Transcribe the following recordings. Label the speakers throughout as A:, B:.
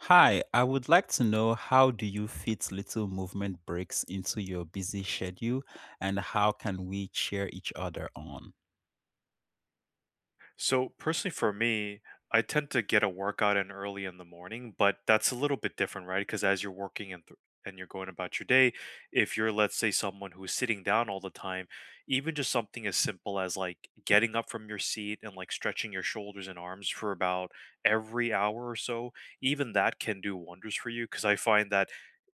A: Hi, I would like to know how do you fit little movement breaks into your busy schedule and how can we cheer each other on?
B: So personally for me, I tend to get a workout in early in the morning, but that's a little bit different, right? Because as you're working and you're going about your day, if you're, let's say, someone who's sitting down all the time, even just something as simple as like getting up from your seat and like stretching your shoulders and arms for about every hour or so, even that can do wonders for you because I find that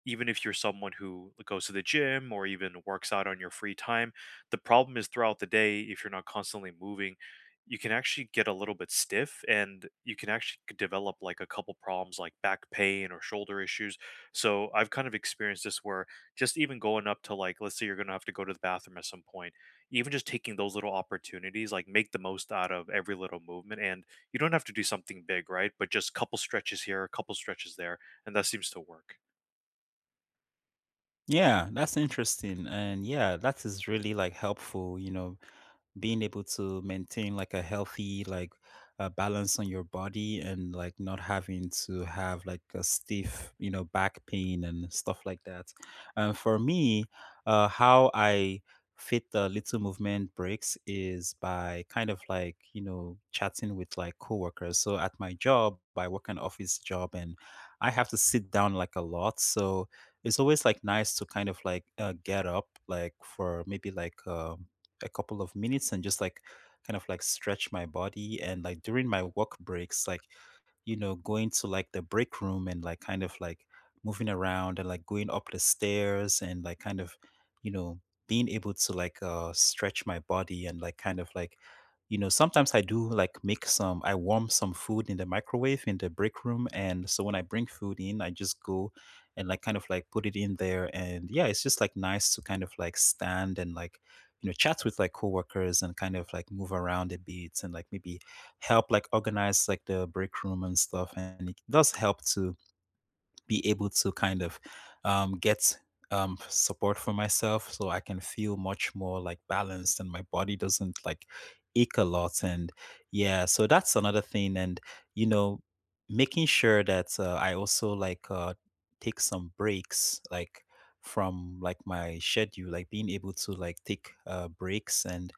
B: even if you're someone who goes to the gym or even works out on your free time, the problem is throughout the day if you're not constantly moving you can actually get a little bit stiff and you can actually develop like a couple problems like back pain or shoulder issues. So I've kind of experienced this where just even going up to, like, let's say you're going to have to go to the bathroom at some point, even just taking those little opportunities, like make the most out of every little movement. And you don't have to do something big, right? But just couple stretches here, a couple stretches there. And that seems to work.
A: Yeah, that's interesting. And yeah, that is really like helpful, you know, being able to maintain like a healthy like balance on your body and like not having to have like a stiff you know back pain and stuff like that. And for me, how I fit the little movement breaks is by kind of like you know chatting with like coworkers. So at my job I work an office job and I have to sit down like a lot, so it's always like nice to kind of like get up like for maybe like a couple of minutes and just like kind of like stretch my body and like during my walk breaks like, you know, going to like the break room and like kind of like moving around and like going up the stairs and like kind of, you know, being able to like stretch my body and like kind of like, you know, sometimes I do like make some, I warm some food in the microwave in the break room. And so when I bring food in, I just go and like kind of like put it in there. And yeah, it's just like nice to kind of like stand and like, you know, chat with like coworkers and kind of like move around a bit and like maybe help like organize like the break room and stuff. And it does help to be able to kind of get support for myself so I can feel much more like balanced and my body doesn't like ache a lot. And yeah, so that's another thing. And you know, making sure that I also like take some breaks like from like my schedule, like being able to like take breaks and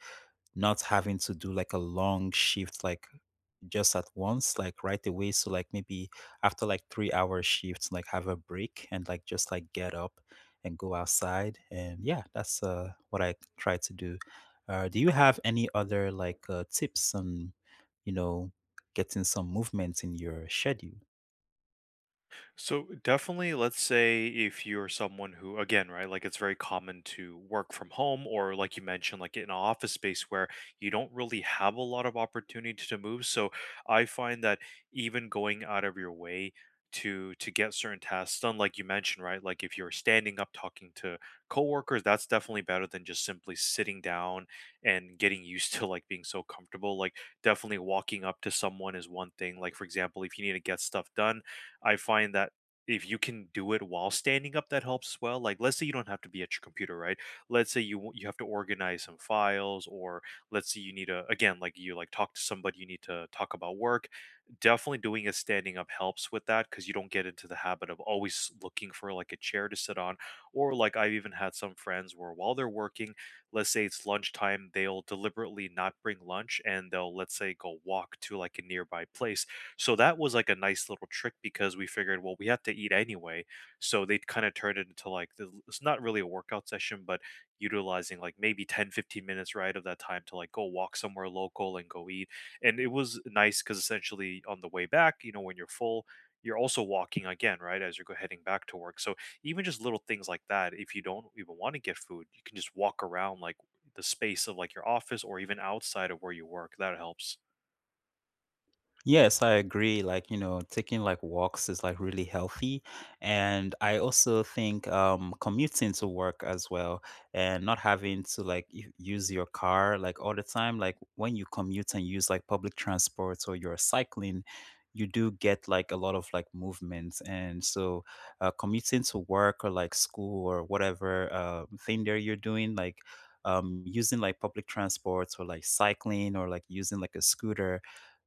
A: not having to do like a long shift like just at once, like right away. So like maybe after like 3 hour shifts, like have a break and like just like get up and go outside. And yeah, that's what I try to do. Do you have any other like tips on, you know, getting some movement in your schedule?
B: So definitely, let's say if you're someone who, again, right, like it's very common to work from home or like you mentioned, like in an office space where you don't really have a lot of opportunity to move. So I find that even going out of your way to get certain tasks done, like you mentioned, right, like if you're standing up talking to coworkers, that's definitely better than just simply sitting down and getting used to like being so comfortable. Like definitely walking up to someone is one thing. Like, for example, if you need to get stuff done, I find that if you can do it while standing up, that helps as well. Like, let's say you don't have to be at your computer, right? Let's say you you have to organize some files, or let's say you need to, again, like you like talk to somebody, you need to talk about work. Definitely doing a standing up helps with that because you don't get into the habit of always looking for like a chair to sit on. Or like I've even had some friends where while they're working, let's say it's lunchtime, they'll deliberately not bring lunch and they'll, let's say, go walk to like a nearby place so that was like a nice little trick because we figured, well, we have to eat anyway. So they kind of turned it into like the, it's not really a workout session, but utilizing like maybe 10, 15 minutes right of that time to like go walk somewhere local and go eat. And it was nice because essentially on the way back, you know, when you're full, you're also walking again, right? As you're heading back to work. So even just little things like that, if you don't even want to get food, you can just walk around like the space of like your office or even outside of where you work. That helps.
A: Yes, I agree. Like, you know, taking like walks is like really healthy. And I also think commuting to work as well and not having to like use your car like all the time. Like when you commute and use like public transport or you're cycling, you do get like a lot of like movement. And so commuting to work or like school or whatever thing there you're doing, like using like public transports or like cycling or like using like a scooter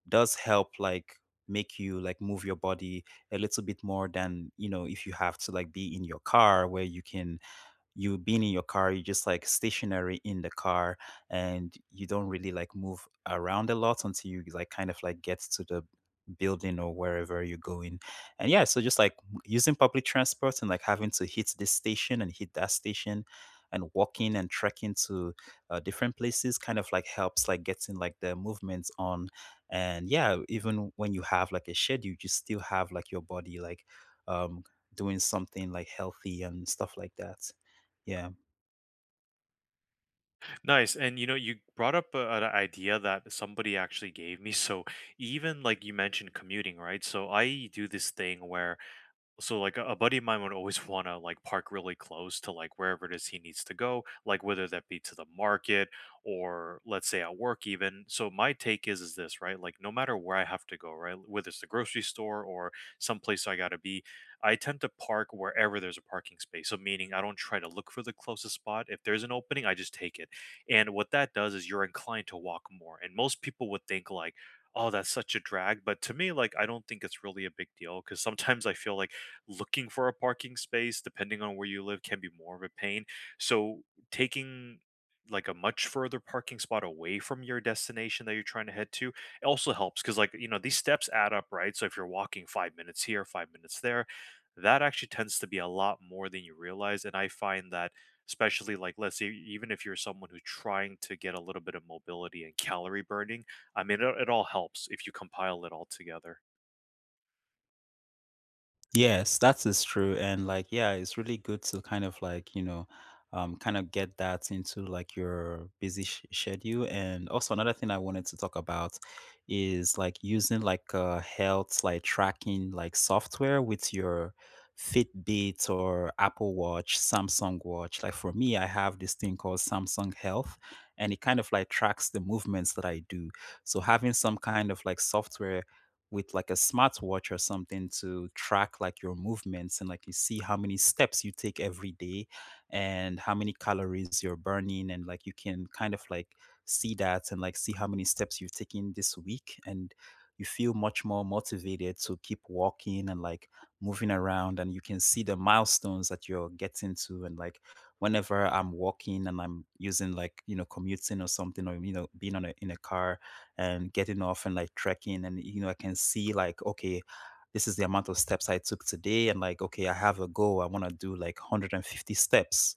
A: does help like make you like move your body a little bit more than you know if you have to like be in your car where you can you being in your car, you're just like stationary in the car and you don't really like move around a lot until you like kind of like get to the building or wherever you're going. And yeah, so just like using public transport and like having to hit this station and hit that station and walking and trekking to different places kind of like helps like getting like the movements on. And yeah, even when you have like a schedule you still have like your body like um doing something like healthy and stuff like that. Yeah.
B: Nice. And you know, you brought up a, an idea that somebody actually gave me. So even like you mentioned commuting, right? So I do this thing where so like a buddy of mine would always want to like park really close to like wherever it is he needs to go, like whether that be to the market or let's say at work. Even so, my take is this, right? Like no matter where I have to go, right, whether it's the grocery store or someplace I gotta be, I tend to park wherever there's a parking space, so meaning I don't try to look for the closest spot. If there's an opening I just take it, and what that does is you're inclined to walk more. And most people would think like, oh, that's such a drag, but to me, like, I don't think it's really a big deal because sometimes I feel like looking for a parking space, depending on where you live, can be more of a pain. So taking like a much further parking spot away from your destination that you're trying to head to, it also helps because, like, you know, these steps add up, right? So if you're walking 5 minutes here, 5 minutes there, that actually tends to be a lot more than you realize. And I find that, especially, like, let's say even if you're someone who's trying to get a little bit of mobility and calorie burning, I mean, it all helps if you compile it all together.
A: Yes, that is true. And like, yeah, it's really good to kind of like, you know, kind of get that into like your busy schedule. And also another thing I wanted to talk about is like using like a health like tracking like software with your Fitbit or Apple Watch, Samsung Watch. Like for me, I have this thing called Samsung Health, and it kind of like tracks the movements that I do. So having some kind of like software with like a smartwatch or something to track like your movements and like you see how many steps you take every day and how many calories you're burning and like you can kind of like see that and like see how many steps you've taken this week and you feel much more motivated to keep walking and like moving around and you can see the milestones that you're getting to. And like whenever I'm walking and I'm using like you know commuting or something or you know being on a, in a car and getting off and like trekking and you know I can see like okay, this is the amount of steps I took today. And like okay, I have a goal, I want to do like 150 steps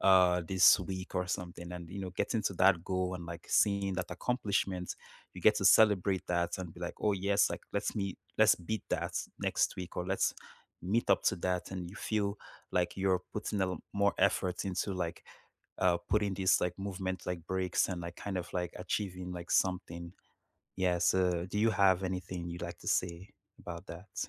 A: this week or something. And you know, getting to that goal and like seeing that accomplishment, you get to celebrate that and be like oh yes, like let's meet, let's beat that next week or let's meet up to that. And you feel like you're putting a more effort into like putting this like movement like breaks and like kind of like achieving like something. Yeah, so do you have anything you'd like to say about that?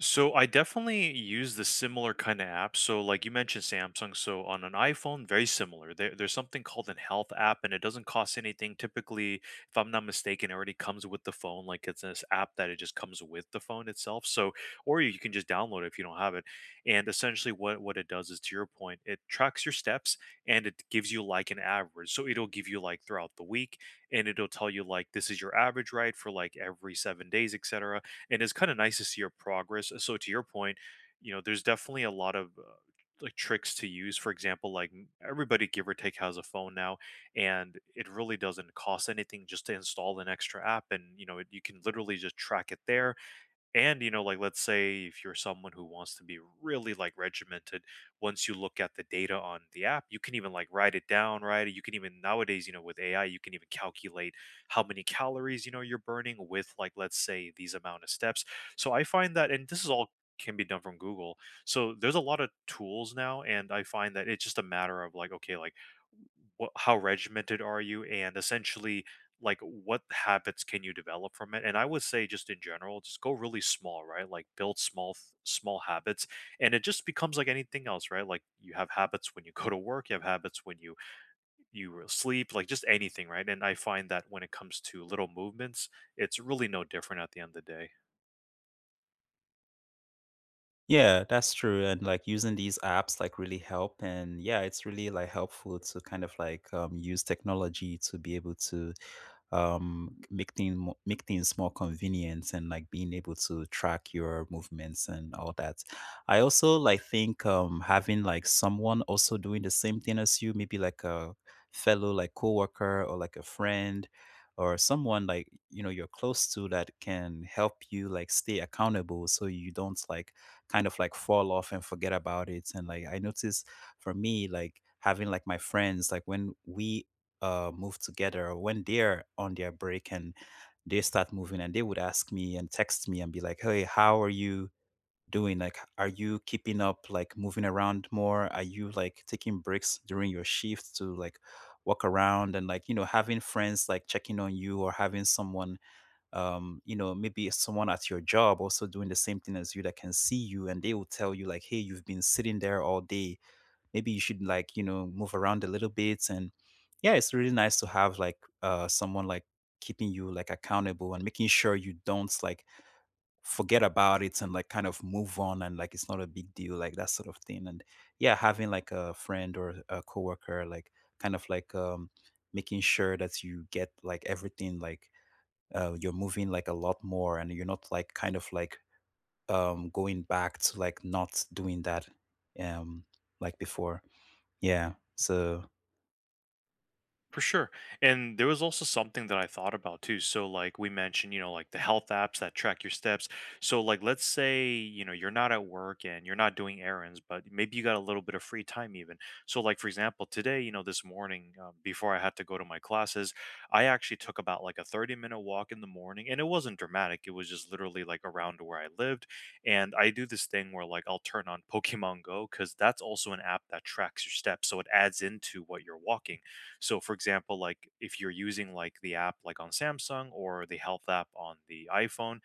B: So I definitely use the similar kind of app. So like you mentioned Samsung, so on an iPhone, very similar. There's something called an health app and it doesn't cost anything. Typically, if I'm not mistaken, it already comes with the phone. Like it's this app that it just comes with the phone itself. So or you can just download it if you don't have it. And essentially what it does is, to your point, it tracks your steps and it gives you like an average. So it'll give you like throughout the week and it'll tell you like this is your average right for like every 7 days, etc and it's kind of nice to see your progress. So to your point, you know, there's definitely a lot of like tricks to use. For example, like everybody give or take has a phone now, and it really doesn't cost anything just to install an extra app, and you know, you can literally just track it there. And you know, like, let's say if you're someone who wants to be really like regimented, once you look at the data on the app you can even like write it down, right? You can even nowadays, you know, with AI you can even calculate how many calories, you know, you're burning with, like, let's say these amount of steps. So I find that, and this is all can be done from Google, so there's a lot of tools now. And I find that it's just a matter of like, okay, like how regimented are you? And essentially like what habits can you develop from it? And I would say, just in general, just go really small, right? Like build small small habits. And it just becomes like anything else, right? Like you have habits when you go to work, you have habits when you sleep, like just anything, right? And I find that when it comes to little movements it's really no different at the end of the day.
A: Yeah, that's true. And like using these apps like really help. And yeah, it's really like helpful to kind of like use technology to be able to make things make things more convenient and like being able to track your movements and all that. I also like think having like someone also doing the same thing as you, maybe like a fellow like coworker or like a friend or someone like you know you're close to that can help you like stay accountable so you don't like kind of like fall off and forget about it. And like I notice for me like having like my friends like when we move together or when they're on their break and they start moving and they would ask me and text me and be like hey, how are you doing, like are you keeping up like moving around more, are you like taking breaks during your shift to like walk around. And like you know having friends like checking on you or having someone you know maybe someone at your job also doing the same thing as you that can see you and they will tell you like hey, you've been sitting there all day, maybe you should like you know move around a little bit. And yeah, it's really nice to have like someone like keeping you like accountable and making sure you don't like forget about it and like kind of move on and like it's not a big deal, like that sort of thing. And yeah, having like a friend or a coworker like kind of like making sure that you get like everything like you're moving like a lot more and you're not like kind of like going back to like not doing that um like before. Yeah. So,
B: For sure. And there was also something that I thought about too. So like we mentioned, you know, like the health apps that track your steps. So like let's say, you know, you're not at work and you're not doing errands, but maybe you got a little bit of free time even. So like for example, today, you know, this morning, before I had to go to my classes, I actually took about like a 30-minute walk in the morning and it wasn't dramatic. It was just literally like around where I lived. And I do this thing where like I'll turn on Pokemon Go cuz that's also an app that tracks your steps. So it adds into what you're walking. So, for example, like if you're using like the app like on Samsung or the health app on the iPhone,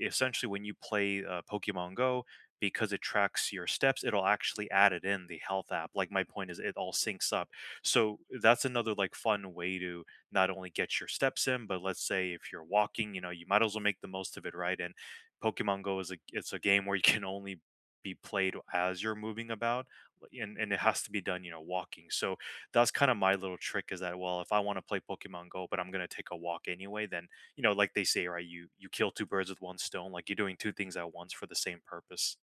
B: essentially when you play Pokemon Go, because it tracks your steps, it'll actually add it in the health app. Like my point is, it all syncs up. So that's another like fun way to not only get your steps in, but let's say if you're walking, you know, you might as well make the most of it, right? And Pokemon Go is a, it's a game where you can only be played as you're moving about, and it has to be done, you know, walking. So that's kind of my little trick, is that, well, if I want to play Pokemon Go, but I'm gonna take a walk anyway, then you know, like they say, right? You kill two birds with one stone. Like you're doing two things at once for the same purpose.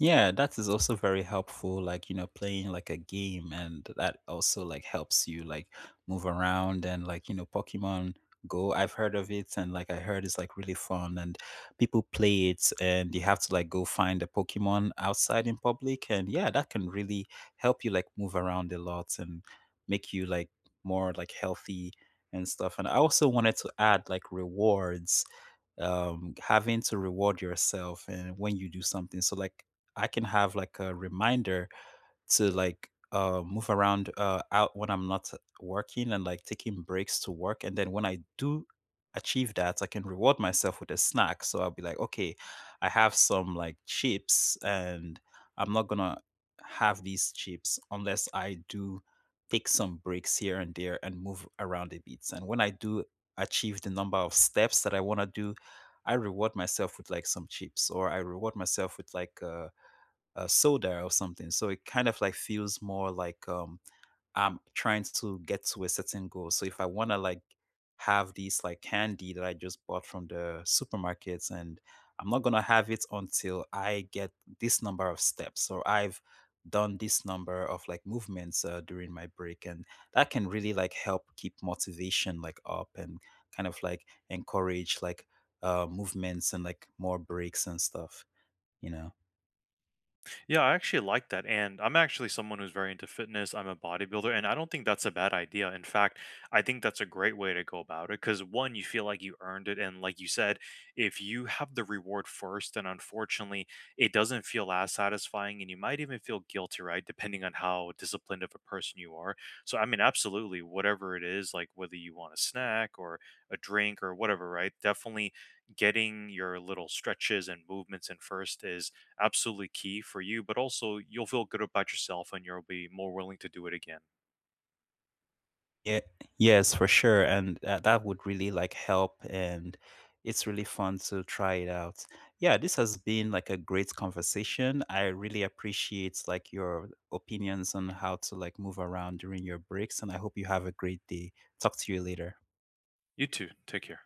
A: yeah, that is also very helpful, like, you know, playing like a game and that also like helps you like move around. And like, you know, Pokemon Go, I've heard of it and like I heard it's like really fun and people play it and you have to like go find a Pokemon outside in public. And yeah, that can really help you like move around a lot and make you like more like healthy and stuff. And I also wanted to add like rewards, having to reward yourself and when you do something. So like I can have like a reminder to like move around out when I'm not working and like taking breaks to work. And then when I do achieve that, I can reward myself with a snack. So I'll be like, okay, I have some like chips and I'm not gonna have these chips unless I do take some breaks here and there and move around a bit. And when I do achieve the number of steps that I want to do, I reward myself with like some chips or I reward myself with like soda or something. So it kind of like feels more like I'm trying to get to a certain goal. So if I want to like have these like candy that I just bought from the supermarkets and I'm not going to have it until I get this number of steps or I've done this number of like movements during my break. And that can really like help keep motivation like up and kind of like encourage like movements and like more breaks and stuff, you know.
B: Yeah, I actually like that. And I'm actually someone who's very into fitness. I'm a bodybuilder, and I don't think that's a bad idea. In fact, I think that's a great way to go about it because, one, you feel like you earned it. And like you said, if you have the reward first, then unfortunately, it doesn't feel as satisfying. And you might even feel guilty, right? Depending on how disciplined of a person you are. So, I mean, absolutely, whatever it is, like whether you want a snack or a drink or whatever, right? Definitely getting your little stretches and movements in first is absolutely key for you, but also you'll feel good about yourself and you'll be more willing to do it again.
A: Yeah, yes, for sure. And that would really like help. And it's really fun to try it out. Yeah, this has been like a great conversation. I really appreciate like your opinions on how to like move around during your breaks. And I hope you have a great day. Talk to you later.
B: You too. Take care.